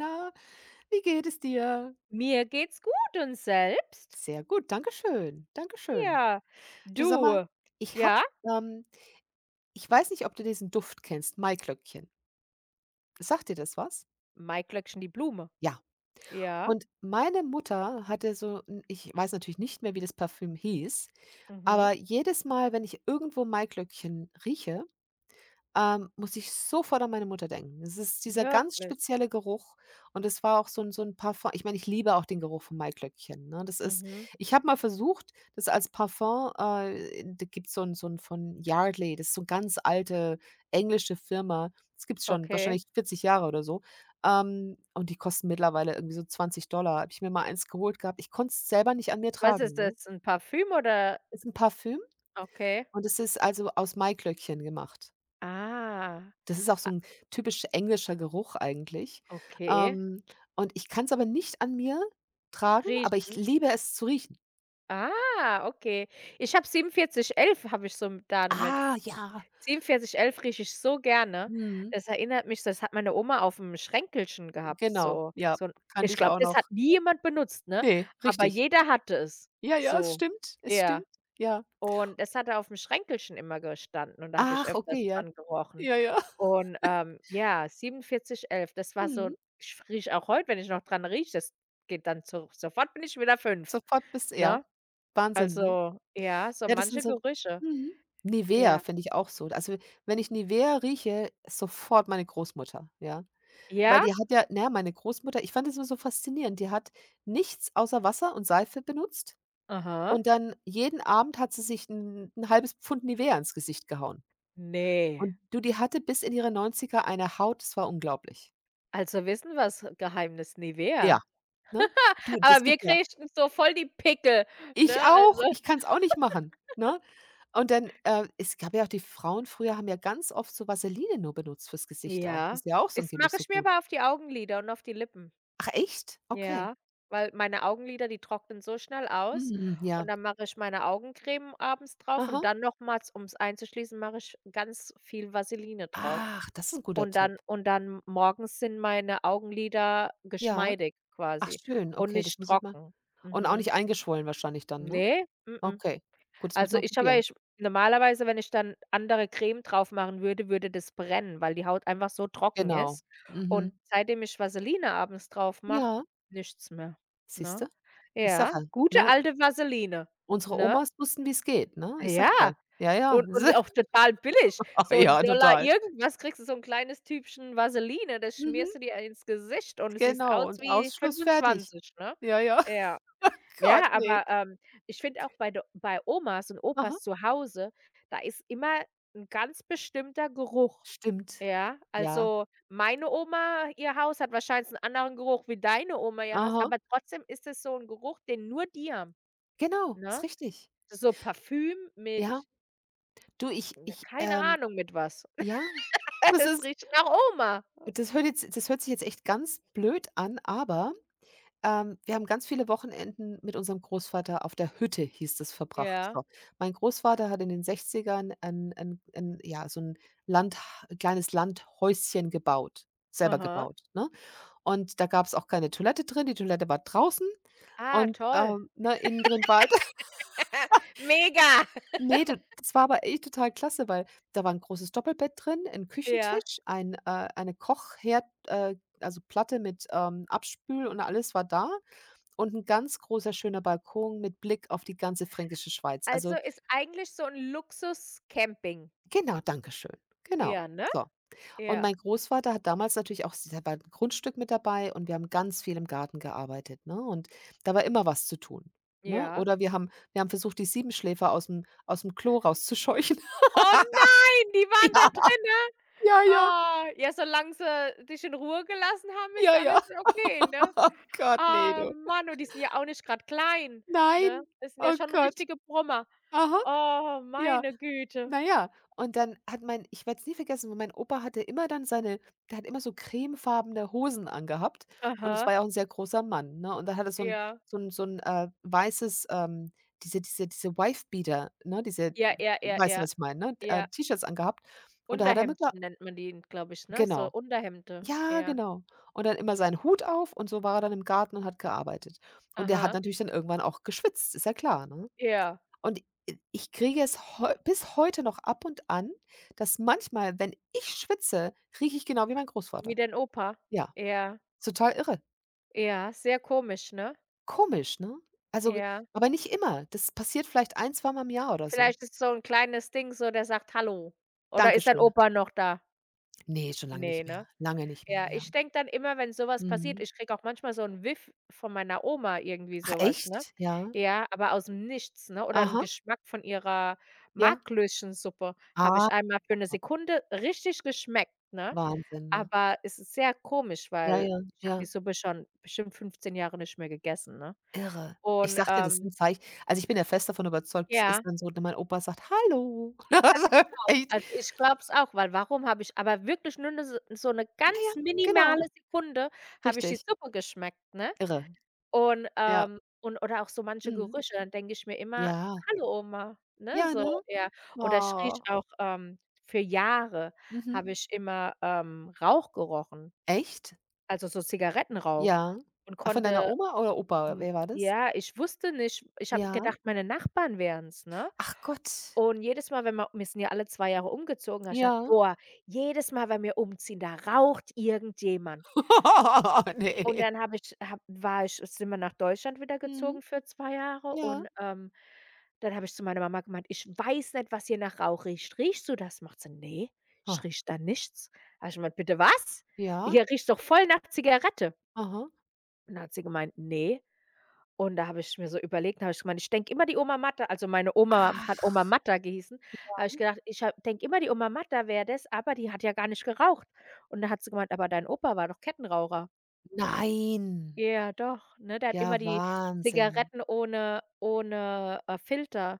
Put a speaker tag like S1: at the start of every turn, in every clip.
S1: Na, wie geht es dir?
S2: Mir geht's gut und selbst?
S1: Sehr gut, danke schön, danke schön.
S2: Ja,
S1: Du, sag mal,
S2: du,
S1: ich habe
S2: ja,
S1: ähm, ich weiß nicht, ob du diesen Duft kennst, Maiglöckchen. Sagt dir das was?
S2: Mai Glöckchen die Blume.
S1: Ja.
S2: Ja,
S1: Und meine Mutter hatte so 'n ich weiß natürlich nicht mehr, wie das Parfüm hieß,
S2: mhm,
S1: aber jedes Mal, wenn ich irgendwo Maiglöckchen rieche, muss ich sofort an meine Mutter denken. Es ist dieser ganz
S2: wirklich?
S1: spezielle Geruch und es war auch so 'n Parfum. Ich meine, ich liebe auch den Geruch von Maiglöckchen, ne? Das ist
S2: Mhm,
S1: Ich habe mal versucht, das als Parfum, da gibt's so 'n von Yardley, das ist so 'n ganz alte englische Firma. Das gibt's schon
S2: okay.
S1: wahrscheinlich 40 Jahre oder so. Und die kosten mittlerweile irgendwie so $20. Habe ich mir mal eins geholt gehabt. Ich konnte es selber nicht an mir
S2: Was
S1: tragen,
S2: ist
S1: ne?
S2: das, 'n Parfüm oder?
S1: Ist 'n Parfüm
S2: Okay.
S1: und es ist also aus Maiglöckchen gemacht.
S2: Ah,
S1: Das ist auch so
S2: a
S1: 'n typisch englischer Geruch eigentlich.
S2: okay.
S1: Ähm, und ich kann's aber nicht an mir tragen, aber ich
S2: Riechen.
S1: liebe es zu riechen.
S2: Ah, okay. Ich habe 4711 habe ich so 'n damit
S1: Ah, ja.
S2: Ziegenpfirsichelf rieche ich so gerne.
S1: Mhm.
S2: Das erinnert mich, das hat meine Oma auf'm Schränkelchen gehabt,
S1: Genau,
S2: so
S1: ja,
S2: so 'n.
S1: kannte
S2: Ich
S1: ich
S2: glaube,
S1: auch
S2: das hat
S1: noch.
S2: nie jemand benutzt, ne?
S1: Ne,
S2: Aber
S1: richtig.
S2: jeder hatte es,
S1: Ja, ja, es
S2: so.
S1: stimmt, es
S2: Ja,
S1: stimmt. Ja.
S2: und das hat da auf'm Schränkelchen immer gestanden und da habe ich
S1: Ach, okay,
S2: öfters
S1: ja.
S2: dran gerochen.
S1: Ja, ja.
S2: Und, ja, 4711, das war so.
S1: Mhm.
S2: Ich rieche auch heute, wenn ich noch dran rieche, das geht dann so sofort, bin ich wieder 5,
S1: Sofort bis ja.
S2: ne?
S1: Wahnsinn, ne?
S2: Also, ja, so
S1: Ja, das sind
S2: manche
S1: so
S2: Gerüche.
S1: mhm. Nivea
S2: Ja.
S1: finde ich auch so. Also, wenn ich Nivea rieche, sofort meine Großmutter, ja. Weil
S2: Ja?
S1: die hat ja naja, meine Großmutter, ich fand das immer so faszinierend, die hat nichts außer Wasser und Seife benutzt
S2: Aha.
S1: und dann jeden Abend hat sie sich 'n 1 Pfund Nivea ins Gesicht gehauen.
S2: Ne.
S1: Und du, die hatte bis in ihre 90ern eine Haut, das war unglaublich.
S2: Also, wissen wir's Geheimnis nie
S1: Ja,
S2: wer.
S1: ne? Du, das
S2: Aber wir
S1: gibt ja,
S2: kriegten so voll die Pickel,
S1: ich
S2: ne,
S1: auch,
S2: also
S1: ich kann's auch nicht machen, ne? Und dann, es gab ja auch die Frauen früher haben ja ganz oft so Vaseline nur benutzt fürs Gesicht auch. Das
S2: ja.
S1: ist ja auch so
S2: Das
S1: angeblich
S2: mache
S1: so
S2: ich mir
S1: gut.
S2: aber auf die Augenlider und auf die Lippen.
S1: Ach echt? Okay.
S2: Ja, weil meine Augenlider, die trocknen so schnell aus
S1: Mhm,
S2: und
S1: ja.
S2: dann mache ich meine Augencreme abends drauf und
S1: Aha.
S2: dann nochmals, um's einzuschließen, mache ich ganz viel Vaseline drauf.
S1: Ach, das ist 'n guter
S2: Und
S1: Tipp.
S2: dann und dann morgens sind meine Augenlider
S1: Ja.
S2: geschmeidig
S1: Ach
S2: quasi
S1: schön,
S2: und
S1: okay, das
S2: nicht
S1: muss ich mal
S2: trocken.
S1: und auch nicht
S2: Mhm.
S1: eingeschwollen wahrscheinlich dann, ne?
S2: Ne, mm.
S1: Okay, gut, das muss ich
S2: Also,
S1: mal
S2: ich habe ja
S1: probieren.
S2: ich normalerweise, wenn ich dann andere Creme drauf machen würde, würde das brennen, weil die Haut einfach so trocken
S1: Genau.
S2: ist.
S1: Mhm.
S2: Und seitdem ich Vaseline abends drauf mache,
S1: Ja,
S2: nichts mehr,
S1: siehst
S2: ne?
S1: du? Ich sage ja,
S2: Ja, gute
S1: ne,
S2: alte Vaseline,
S1: unsere
S2: ne?
S1: Omas wussten, wie's geht, ne?
S2: Ah,
S1: Ich sage
S2: ja,
S1: dir. Ja, ja.
S2: und auch total billig.
S1: Ah
S2: So 'n
S1: ja,
S2: Dollar
S1: total.
S2: irgendwas kriegst du so 'n kleines Tütchen Vaseline, das
S1: Mhm,
S2: schmierst du dir ins Gesicht und du siehst
S1: genau
S2: aus
S1: und
S2: wie
S1: Ausschluss fertig.
S2: 25, ne?
S1: Ja, ja.
S2: Ja. Ja,
S1: Gott, ne.
S2: aber, ich finde auch bei Omas und
S1: Aha,
S2: Opas zu Hause, da ist immer ein ganz bestimmter Geruch.
S1: stimmt.
S2: Ja,
S1: Ja.
S2: also, meine Oma, ihr Haus hat wahrscheinlich einen anderen Geruch wie deine Oma, ihr Haus,
S1: Aha,
S2: aber trotzdem ist es so ein Geruch, den nur die haben,
S1: genau,
S2: ne?
S1: ist richtig.
S2: So Parfüm
S1: Ja.
S2: mit,
S1: Du, ich
S2: na,
S1: ich,
S2: keine Ahnung mit was.
S1: ja, das
S2: Es
S1: ist
S2: riecht nach Oma.
S1: das hört sich jetzt echt ganz blöd an, aber wir haben ganz viele Wochenenden mit unserem Großvater auf der Hütte, hieß es, verbracht.
S2: Ja,
S1: So. Mein Großvater hat in den 60ern ein 'n 'n ja, so 'n Land kleines Landhäuschen gebaut, selber
S2: aha.
S1: gebaut, ne? Und da gab es auch keine Toilette drin, die Toilette war draußen
S2: Ah,
S1: und,
S2: toll.
S1: ne, innen drin war halt
S2: Mega.
S1: ne, d das war aber echt total klasse, weil da war ein großes Doppelbett drin, ein
S2: Ja,
S1: Küchentisch, eine Kochherd, also Platte mit, Abspül und alles war da und ein ganz großer, schöner Balkon mit Blick auf die ganze Fränkische Schweiz.
S2: also,
S1: Also
S2: ist eigentlich so ein Luxus-Camping,
S1: genau, Dankeschön. Genau,
S2: ja, ne?
S1: so. Und
S2: Ja,
S1: mein Großvater hat damals natürlich auch, s der war 'n Grundstück mit dabei und wir haben ganz viel im Garten gearbeitet, ne? Und da war immer was zu tun, ne?
S2: ja.
S1: Oder wir haben versucht, die Siebenschläfer aus dem Klo rauszuscheuchen.
S2: Oh nein, die waren da
S1: Ja, ja, ja,
S2: drinne. Oh, ja, solange sie dich in Ruhe gelassen haben, ist
S1: ja, ja.
S2: alles okay, ne?
S1: Oh Gott, nee,
S2: Ah,
S1: du.
S2: Mann, und die sind ja auch nicht grad klein, ne?
S1: Nein.
S2: Das sind ja
S1: Oh
S2: schon
S1: Gott.
S2: richtige Brummer.
S1: Aha,
S2: Oh,
S1: ja.
S2: meine Güte.
S1: Na ja, und dann hat mein ich werde es nie vergessen, weil mein Opa hatte immer dann seine der hat immer so cremefarbene Hosen angehabt und es
S2: Aha.
S1: war ja auch ein sehr großer Mann, ne? Und da hat er so ein,
S2: Ja.
S1: so ein, so ein weißes, diese Wife-Beater, ne, diese,
S2: Ja, ja, ja,
S1: weißt du,
S2: ja.
S1: was ich meine, ne,
S2: Ja.
S1: T-Shirts angehabt und da hat er immer
S2: Unterhemdchen nennt man die, glaube ich, ne? So
S1: genau.
S2: Unterhemde.
S1: Ja,
S2: Ja.
S1: genau. Und dann immer seinen Hut auf und so war er dann im Garten und hat gearbeitet. Und der hat
S2: Aha.
S1: natürlich dann irgendwann auch geschwitzt, ist ja klar, ne?
S2: Ja.
S1: Und i ich kriege es heu bis heute noch ab und an, dass manchmal, wenn ich schwitze, rieche ich genau wie mein
S2: Wie
S1: Großvater.
S2: dein Opa.
S1: Ja,
S2: Ja.
S1: total irre.
S2: Ja, sehr komisch, ne?
S1: Komisch, ne? Also,
S2: Ja.
S1: aber nicht immer. Das passiert vielleicht ein, zweimal im Jahr oder so.
S2: Vielleicht ist so 'n kleines Ding so, der sagt: „Hallo.“ Oder ist dein
S1: Dankeschön.
S2: Opa noch da?
S1: Ne, schon lange
S2: Ne,
S1: nicht
S2: ne?
S1: mehr. Lange nicht mehr,
S2: Ja,
S1: ja.
S2: ich denke dann immer, wenn so was passiert,
S1: Mhm.
S2: ich kriege auch manchmal so 'n Whiff von meiner Oma, irgendwie
S1: Ach
S2: so was, ne?
S1: echt? Ja.
S2: Ja, aber ausm Nichts, ne? Oder 'n
S1: Aha,
S2: Geschmack von ihrer
S1: ja.
S2: Marklöchensuppe habe
S1: Ah,
S2: ich einmal für 'ne Sekunde richtig geschmeckt, ne?
S1: Wahnsinn, ne?
S2: Aber es ist sehr komisch,
S1: Ja,
S2: weil
S1: ja,
S2: ich habe die
S1: ja.
S2: Suppe schon bestimmt 15 Jahre nicht mehr gegessen, ne?
S1: Irre. Ich
S2: Und,
S1: sag dir, das sind Zeich also, ich bin ja fest davon überzeugt, es ist
S2: ja.
S1: dann so, wenn mein Opa sagt: „Hallo.“ Echt.
S2: Also, ich glaube es auch, weil warum habe ich aber wirklich nur 'ne so so 'ne
S1: Ja, ja,
S2: ganz
S1: genau,
S2: minimale Sekunde habe ich die
S1: richtig.
S2: Suppe geschmeckt, ne?
S1: Irre.
S2: Und,
S1: Ja.
S2: ähm und oder auch so manche
S1: Mhm.
S2: Gerüche, dann denke ich mir immer:
S1: Ja.
S2: „Hallo Oma“, ne,
S1: Ja,
S2: so,
S1: ne?
S2: ja. Oder ich rieche
S1: Oh.
S2: auch, für Jahre
S1: Mhm.
S2: habe ich immer, Rauch gerochen,
S1: Echt?
S2: also so Zigarettenrauch
S1: Ja.
S2: und
S1: Ah, von deiner
S2: konnte
S1: Oma oder Opa?
S2: hm,
S1: Wer war das?
S2: ja, ich wusste nicht, ich habe
S1: Ja.
S2: gedacht, meine Nachbarn wären's, ne?
S1: Ach Gott.
S2: Und jedes Mal, wenn wir sind ja alle 2 Jahre umgezogen, habe ich gedacht:
S1: Ja.
S2: „Boah, jedes Mal, wenn wir umziehen, da raucht irgendjemand.“ Und
S1: Ne.
S2: dann habe ich habe war ich sind wir nach Deutschland wieder
S1: Mhm.
S2: gezogen für 2 Jahre
S1: Ja.
S2: und, dann habe ich zu meiner Mama gemeint: „Ich weiß nicht, was hier nach Rauch riecht. Riechst du das?“ Macht sie: nee. Ich
S1: Ha.
S2: rieche da nichts.“ Habe ich gemeint: „Bitte was?
S1: Ja.
S2: Hier riecht doch voll nach Zigarette.“
S1: Aha.
S2: Und dann hat sie gemeint: nee. Und da habe ich mir so überlegt, habe ich gemeint, ich denke immer, die Oma Matta also, meine Oma hat
S1: Ach,
S2: Oma Matta gehießen, habe ich gedacht, ich ha denke immer, die Oma Matta wäre das, aber die hat ja gar nicht geraucht. Und da hat sie gemeint: „Aber dein Opa war doch Kettenraucher.“
S1: nein.
S2: Ja, doch, ne? Der hat immer
S1: Ja,
S2: die
S1: Wahnsinn.
S2: Zigaretten ohne, Filter,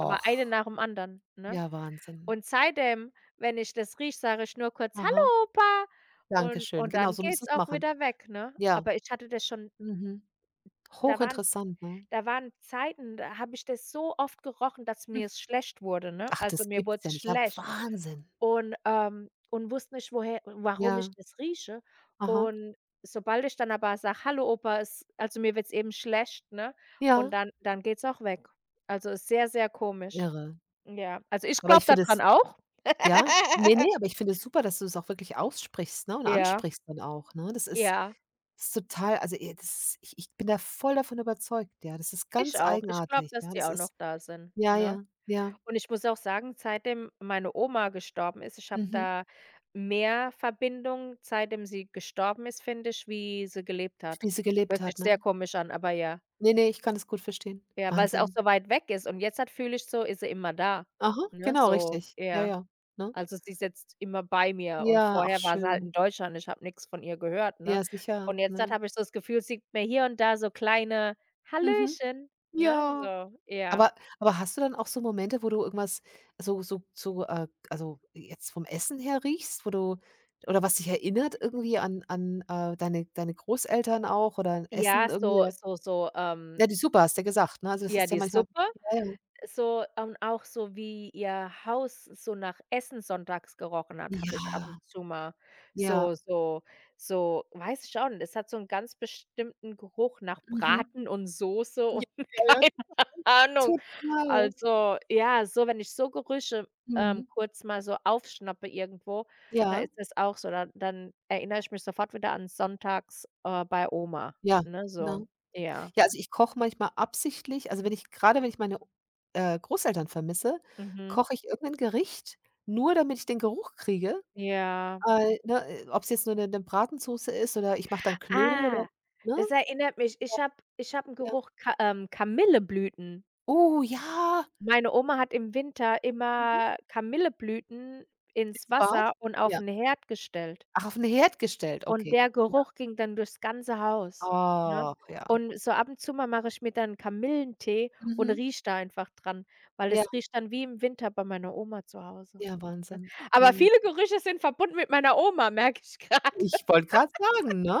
S2: aber eine nach dem anderen, ne?
S1: Ja, Wahnsinn.
S2: Und seitdem, wenn ich das rieche, sage ich nur kurz:
S1: Aha.
S2: „Hallo Opa.“
S1: Danke
S2: Und
S1: schön.
S2: und
S1: Genau,
S2: dann
S1: so musst du
S2: geht's
S1: es
S2: auch
S1: machen.
S2: wieder weg, ne?
S1: Ja.
S2: Aber ich hatte das schon,
S1: Mhm.
S2: da waren
S1: Hochinteressant, ne?
S2: da waren Zeiten, da habe ich das so oft gerochen, dass mir es schlecht wurde, ne?
S1: Ach,
S2: Also,
S1: das
S2: mir
S1: gibt's ja
S2: wurd's
S1: nicht. Ja,
S2: schlecht
S1: Wahnsinn.
S2: und wusste nicht, woher warum
S1: Ja,
S2: ich das rieche.
S1: aha,
S2: Und sobald ich dann aber sage: „Hallo Opa, es also, mir wird's eben schlecht“, ne? Und
S1: ja,
S2: dann geht's auch weg. Also, ist sehr, sehr komisch.
S1: irre.
S2: Ja, also, ich
S1: Aber ich
S2: glaube
S1: finde es
S2: daran auch.
S1: ja? Ne, ne, aber ich finde es super, dass du es auch wirklich aussprichst, ne, und
S2: Ja,
S1: ansprichst dann auch, ne? Das ist
S2: ja,
S1: ist total also, e das ist ich bin da voll davon überzeugt, ja. Das ist
S2: ich
S1: ganz
S2: auch. Ich glaube,
S1: eigenartig,
S2: dass
S1: ja.
S2: die
S1: Das
S2: auch
S1: ist
S2: noch da sind,
S1: ja,
S2: ne?
S1: ja, ja,
S2: Und ich muss auch sagen, seitdem meine Oma gestorben ist, ich habe
S1: mhm,
S2: da mehr Verbindung, seitdem sie gestorben ist, finde ich, wie sie gelebt hat.
S1: wie sie gelebt
S2: Hört sich
S1: hat,
S2: sehr
S1: ne?
S2: komisch an, aber ja.
S1: Ne, ne, ich kann das gut verstehen.
S2: Ja, weil's auch
S1: Wahnsinn.
S2: so weit weg ist und jetzt halt fühle ich so, ist sie immer da,
S1: Aha,
S2: ne,
S1: genau,
S2: so,
S1: richtig. Ja,
S2: ja.
S1: ja, ne?
S2: Also, sie ist jetzt immer bei mir und
S1: Ja, ach
S2: vorher war sie halt in
S1: schön.
S2: Deutschland, ich habe nichts von ihr gehört, ne?
S1: Ja, sicher,
S2: Und jetzt halt
S1: ne?
S2: habe ich so das Gefühl, sie gibt mir hier und da so kleine
S1: Mhm.
S2: „Hallöchen“, ne,
S1: Ja.
S2: so, ja.
S1: Aber aber hast du dann auch so Momente, wo du irgendwas also, jetzt vom Essen her riechst, wo du oder was dich erinnert irgendwie an deine Großeltern auch oder an Essen
S2: Ja,
S1: irgendwie
S2: so
S1: oder
S2: so so,
S1: ja, die Suppe hast du ja gesagt, ne? Also, das
S2: ja,
S1: ist ja
S2: die
S1: manchmal
S2: Suppe.
S1: ja, ja.
S2: So und auch so, wie ihr Haus so nach Essen sonntags gerochen hat, habe ich ab
S1: Ja,
S2: und zu mal
S1: ja,
S2: so so so weiß ich schon, es hat so einen ganz bestimmten Geruch nach
S1: mhm.
S2: Braten und Soße
S1: Ja,
S2: und
S1: ja, ja,
S2: keine Ahnung.
S1: total.
S2: Also, ja, so wenn ich so Gerüche,
S1: Mhm.
S2: kurz mal so aufschnappe irgendwo, da
S1: Ja,
S2: ist es auch so, dann erinnere ich mich sofort wieder an sonntags, bei Oma,
S1: ja,
S2: ne, so.
S1: ne?
S2: Ja.
S1: Ja, also ich koche manchmal absichtlich, also, wenn ich meine, Großeltern vermisse,
S2: Mhm.
S1: koche ich irgendein Gericht, nur damit ich den Geruch kriege,
S2: Ja.
S1: weil, ne, ob's jetzt nur 'ne Bratensoße ist oder ich mache dann Knödel oder
S2: Ah,
S1: ne?
S2: das erinnert mich, ich habe 'n
S1: Ja.
S2: Geruch Ka Kamilleblüten.
S1: Oh ja,
S2: Meine Oma hat im Winter
S1: mhm,
S2: immer Kamilleblüten ins
S1: ins Bad?
S2: Wasser und auf
S1: Ja.
S2: 'n Herd gestellt.
S1: Ach, auf 'n Herd gestellt,
S2: Und
S1: okay.
S2: der
S1: Ja.
S2: Geruch ging dann durchs ganze Haus, ne?
S1: Ach ja.
S2: Und so ab und zu mal mache ich mir dann Kamillentee und
S1: Mhm.
S2: rieche da einfach dran, weil
S1: Ja,
S2: es riecht dann wie im Winter bei meiner Oma zu Hause.
S1: ja, Wahnsinn. Ja,
S2: Aber
S1: ja.
S2: viele Gerüche sind verbunden mit meiner Oma, merke ich grade.
S1: Ich wollte grad sagen, ne?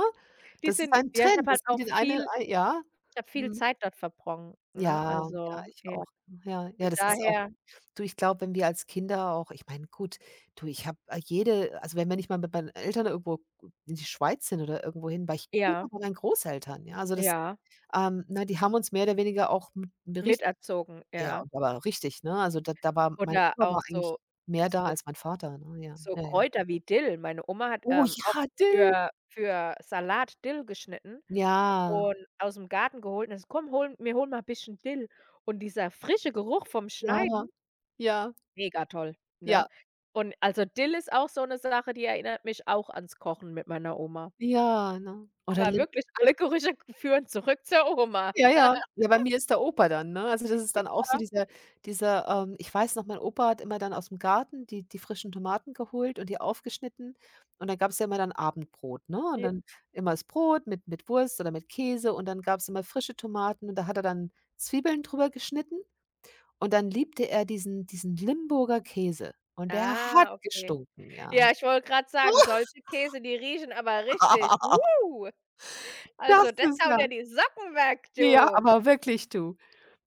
S2: Die
S1: Das ist
S2: sind
S1: ein
S2: ja, ich
S1: Trend.
S2: habe halt
S1: Das geht
S2: auch
S1: in eine
S2: viel
S1: ei ja.
S2: Ich habe viel
S1: Mhm.
S2: Zeit dort verbrochen, ne?
S1: Ja, ja,
S2: Also,
S1: ich
S2: ja,
S1: auch. Ja, ja,
S2: von
S1: das ist auch,
S2: daher
S1: du, ich glaube, wenn wir als Kinder auch, ich meine, gut, du, ich habe, jede also, wenn wir nicht mal mit meinen Eltern irgendwo in die Schweiz sind oder irgendwohin, war ich immer
S2: ja,
S1: bei meinen Großeltern, ja? Also, das
S2: ja,
S1: ne, die haben uns mehr oder weniger auch mit, richt
S2: miterzogen,
S1: ja,
S2: ja.
S1: und aber richtig, ne? Also, da war mein
S2: Oder
S1: Opa
S2: auch
S1: war eigentlich mehr da
S2: so
S1: als mein Vater, ne? Ja,
S2: so
S1: ja, ja.
S2: Kräuter wie Dill. Meine Oma hat,
S1: Oh
S2: oft
S1: ja, Dill.
S2: für Salat Dill geschnitten
S1: Ja,
S2: und aus'm Garten geholt und hat gesagt: „Komm, hol wir holen mal bisschen Dill.“ Und dieser frische Geruch vom
S1: ja,
S2: Schneiden,
S1: ja,
S2: mega toll,
S1: ja,
S2: ne? Und also Dill ist auch so 'ne Sache, die erinnert mich auch ans Kochen mit meiner Oma.
S1: ja, ne? Oder
S2: Aber wirklich alle Gerüche führen zurück zur Oma.
S1: ja, ja. Ja, bei mir ist der Opa dann, ne? Also, das ist dann auch so
S2: Ja,
S1: ich weiß noch, mein Opa hat immer dann aus'm Garten die frischen Tomaten geholt und die aufgeschnitten und dann gab's ja immer dann Abendbrot, ne? Und
S2: ja.
S1: dann immer das Brot mit Wurst oder mit Käse und dann gab's immer frische Tomaten und da hat er dann Zwiebeln drüber geschnitten und dann liebte er diesen Limburger Käse und der hat
S2: Ah, okay.
S1: gestunken, ja.
S2: Ja, ich wollte gerade sagen, solche Käse, die riechen aber richtig.
S1: Das
S2: Also das
S1: ist ja
S2: haut ja die Socken weg,
S1: ja,
S2: du.
S1: aber wirklich, du.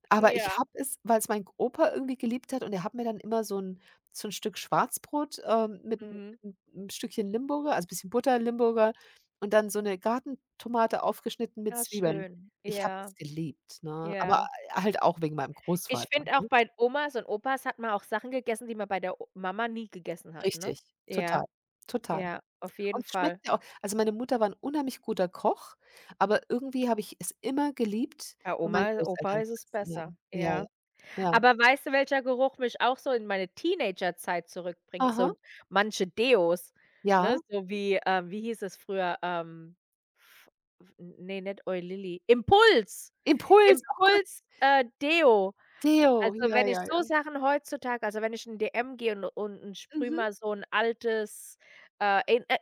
S1: Aber ich
S2: Ja,
S1: habe es, weil es mein Opa irgendwie geliebt hat und er hat mir dann immer so 'n Stück Schwarzbrot, mit 'n
S2: mhm.
S1: mit 'n Stückchen Limburger, also, bisschen Butter, Limburger und dann so 'ne Gartentomate aufgeschnitten mit
S2: Ah,
S1: Zwiebeln.
S2: schön.
S1: Ich habe
S2: Ja,
S1: es geliebt, ne? Aber,
S2: ja.
S1: halt auch wegen meinem
S2: Ich
S1: Großvater,
S2: finde auch
S1: ne?
S2: bei Omas und Opas hat man auch Sachen gegessen, die man bei der o Mama nie gegessen hat, ne?
S1: Richtig, total,
S2: Ja,
S1: total.
S2: ja, auf jeden
S1: Und es schmeckt
S2: Fall.
S1: ja auch, also, meine Mutter war 'n unheimlich guter Koch, aber irgendwie habe ich es immer geliebt,
S2: Bei
S1: bei meinen
S2: Oma Opa
S1: Großeltern
S2: ist
S1: zu
S2: es
S1: essen, ja.
S2: besser,
S1: Ja, ja,
S2: ja.
S1: ja.
S2: Aber weißt du, welcher Geruch mich auch so in meine Teenagerzeit zurückbringt? So
S1: Aha,
S2: manche Deos, ne?
S1: ja.
S2: So wie, wie hieß es früher? F f Ne, nicht Oi Lilly. Impuls!
S1: Impuls, oh Gott.
S2: Impuls, Deo.
S1: Theo,
S2: Also,
S1: ja,
S2: wenn ich
S1: ja,
S2: so
S1: ja.
S2: Sachen heutzutage also, wenn ich in 'n M gehe und und sprühe
S1: Mhm.
S2: mal so ein altes, Ein E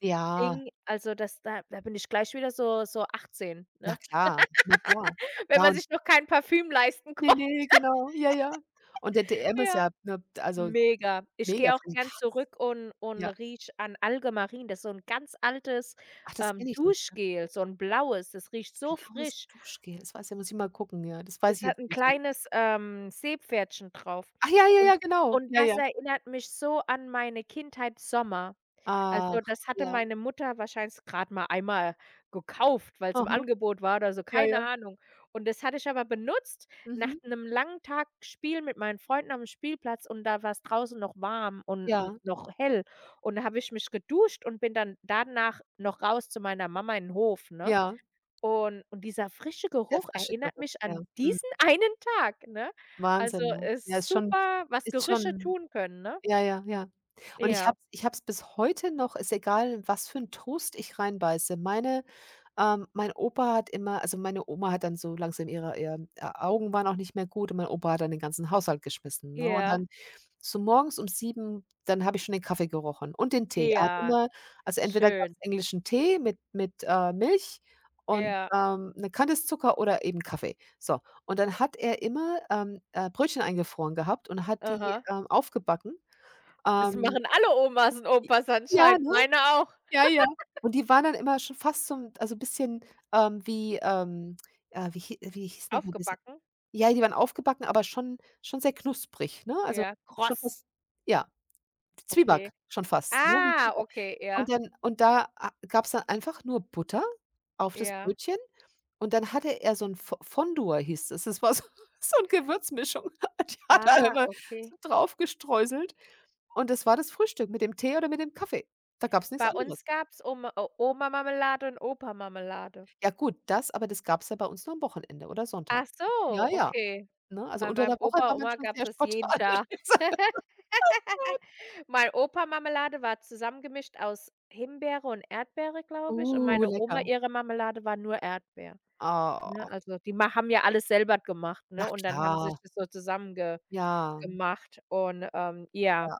S1: Ja,
S2: also, das da bin ich gleich wieder so 18,
S1: na
S2: ne?
S1: klar, na klar.
S2: Wenn
S1: Ja,
S2: man
S1: und
S2: sich noch kein Parfüm leisten
S1: ne,
S2: konnte.
S1: ne, genau, ja, ja. Und der DM ist
S2: Ja.
S1: ja, ne, also
S2: Mega. Ich
S1: mega
S2: gehe auch
S1: viel.
S2: gern zurück und
S1: Ja.
S2: riech an Algemarin. Das ist so ein ganz altes,
S1: Ach, das kenne ich nicht, ne?
S2: Duschgel, so ein blaues. Das riecht so
S1: Blaues
S2: frisch.
S1: Duschgel, das weiß, ja, muss ich mal gucken, ja, das weiß
S2: Es
S1: ich
S2: hat
S1: jetzt
S2: ein
S1: nicht, ja.
S2: kleines, Seepferdchen drauf.
S1: Ach ja, ja,
S2: Und
S1: ja, genau.
S2: und
S1: Ja, ja.
S2: das erinnert mich so an meine Kindheit Sommer.
S1: Ach,
S2: Also, das hatte
S1: ja.
S2: meine Mutter wahrscheinlich gerade mal einmal gekauft, weil's im
S1: Aha.
S2: Angebot war oder so,
S1: Ja,
S2: keine
S1: ja.
S2: Ahnung. Und das hatte ich aber benutzt nach
S1: Mhm.
S2: 'nem langen Tag Spielen mit meinen Freunden am Spielplatz und da war's draußen noch warm und n
S1: Ja,
S2: noch hell. Und da habe ich mich geduscht und bin dann danach noch raus zu meiner Mama in 'n Hof, ne?
S1: ja,
S2: Und dieser frische
S1: der
S2: Geruch
S1: frische
S2: erinnert
S1: Geruch,
S2: mich
S1: ja.
S2: an
S1: Mhm.
S2: diesen einen Tag, ne? Also,
S1: Wahnsinn, ne? Ja,
S2: ist
S1: ist schon
S2: super, was
S1: ist
S2: Gerüche
S1: schon
S2: tun können, ne?
S1: ja, ja, ja. Und ich
S2: Ja,
S1: habe ich habe es bis heute noch, ist egal, in was für 'n Toast ich reinbeiße. Mein Opa hat immer also, meine Oma hat dann so langsam ihre ihr Augen waren auch nicht mehr gut und mein Opa hat dann den ganzen Haushalt geschmissen, ne? Und
S2: ja,
S1: dann so morgens um 7 dann habe ich schon den Kaffee gerochen und den Tee. Er hat
S2: ja,
S1: immer also, entweder gab's
S2: schön.
S1: englischen Tee mit Milch und,
S2: Ja,
S1: 'ne Kante Zucker oder eben Kaffee. So, und dann hat er immer, Brötchen eingefroren gehabt und hat die,
S2: aha.
S1: aufgebacken.
S2: Das
S1: Ähm
S2: machen alle Omas und
S1: J
S2: Opas
S1: ja,
S2: anscheinend,
S1: ne?
S2: meine auch.
S1: Ja, ja. Und die waren dann immer schon fast so 'n, also, bisschen, wie, wie hie wie hieß noch mal diese
S2: Aufgebacken?
S1: ja, die waren aufgebacken, aber schon sehr knusprig, ne? Also,
S2: Ja,
S1: schon
S2: kross.
S1: fast ja, Zwieback
S2: Okay.
S1: schon fast, ne, wie
S2: Ah,
S1: Zwieback.
S2: okay, ja,
S1: Und da a gab's dann einfach nur Butter auf das
S2: ja.
S1: Brötchen und dann hatte er so 'n Fo Fondue hieß das. Das war so so 'n Gewürzmischung, die hat er
S2: Ah,
S1: immer
S2: okay.
S1: so drauf gestreuselt und das war das Frühstück mit dem Tee oder mit dem Kaffee. Da gab's nix
S2: Bei
S1: anderes.
S2: uns gab's Oma o Oma-Marmelade und Opa-Marmelade.
S1: Ja gut, das aber das gab's ja bei uns nur am Wochenende oder Sonntag.
S2: Ach so,
S1: Ja, ja,
S2: okay.
S1: ne? Also,
S2: Bei
S1: unter der
S2: meinem
S1: Woche
S2: Opa,
S1: war man
S2: Oma
S1: schon
S2: gab's
S1: sehr
S2: das jeden
S1: spartanisch.
S2: Tag. Mein Opa Marmelade war zusammengemischt aus Himbeere und Erdbeere, glaube ich, und meine
S1: Lecker.
S2: Oma, ihre Marmelade war nur Erdbeer. Ne,
S1: Oh,
S2: also die ma haben ja alles selber gemacht,
S1: na
S2: ne, und dann haben sie
S1: klar.
S2: sich das so zusammen
S1: Ja,
S2: gemacht und, ja,
S1: ja,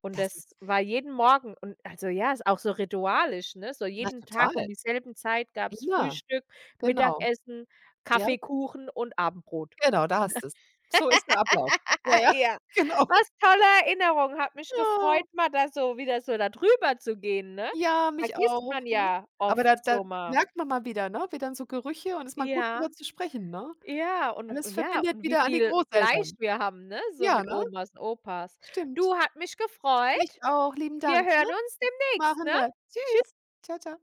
S2: und
S1: das ist
S2: das war jeden Morgen und also ja, ist auch so ritualisch, ne? So
S1: na
S2: jeden
S1: total.
S2: Tag um dieselben Zeit gab's
S1: Immer,
S2: Frühstück,
S1: genau.
S2: Mittagessen,
S1: Ja,
S2: Kaffee, Kuchen und Abendbrot.
S1: genau, da hast du's. So ist der Ablauf. Ja, ja,
S2: Ja,
S1: genau.
S2: was tolle Erinnerung. Hat mich
S1: Ja.
S2: gefreut, mal da so wieder so da drüber zu gehen, ne?
S1: Ja, mich
S2: Vergisst
S1: auch,
S2: man
S1: ne?
S2: ja
S1: Aber
S2: oft
S1: da
S2: so mal.
S1: merkt man mal wieder, ne, wie dann so Gerüche und ist mal gut
S2: Ja.
S1: drüber zu sprechen, ne?
S2: Ja, und
S1: Alles
S2: ja,
S1: verbindet
S2: und wie
S1: wieder an die
S2: viel gleich
S1: Großeltern.
S2: wir haben, ne, so
S1: Ja,
S2: mit
S1: ne?
S2: Omas und Opas. Du,
S1: Stimmt.
S2: hat mich
S1: Mich
S2: gefreut.
S1: auch, lieben
S2: Wir
S1: Dank, ne?
S2: hören uns demnächst,
S1: Machen
S2: ne?
S1: wir. Tschüss.
S2: Tschüss.
S1: Ciao ciao.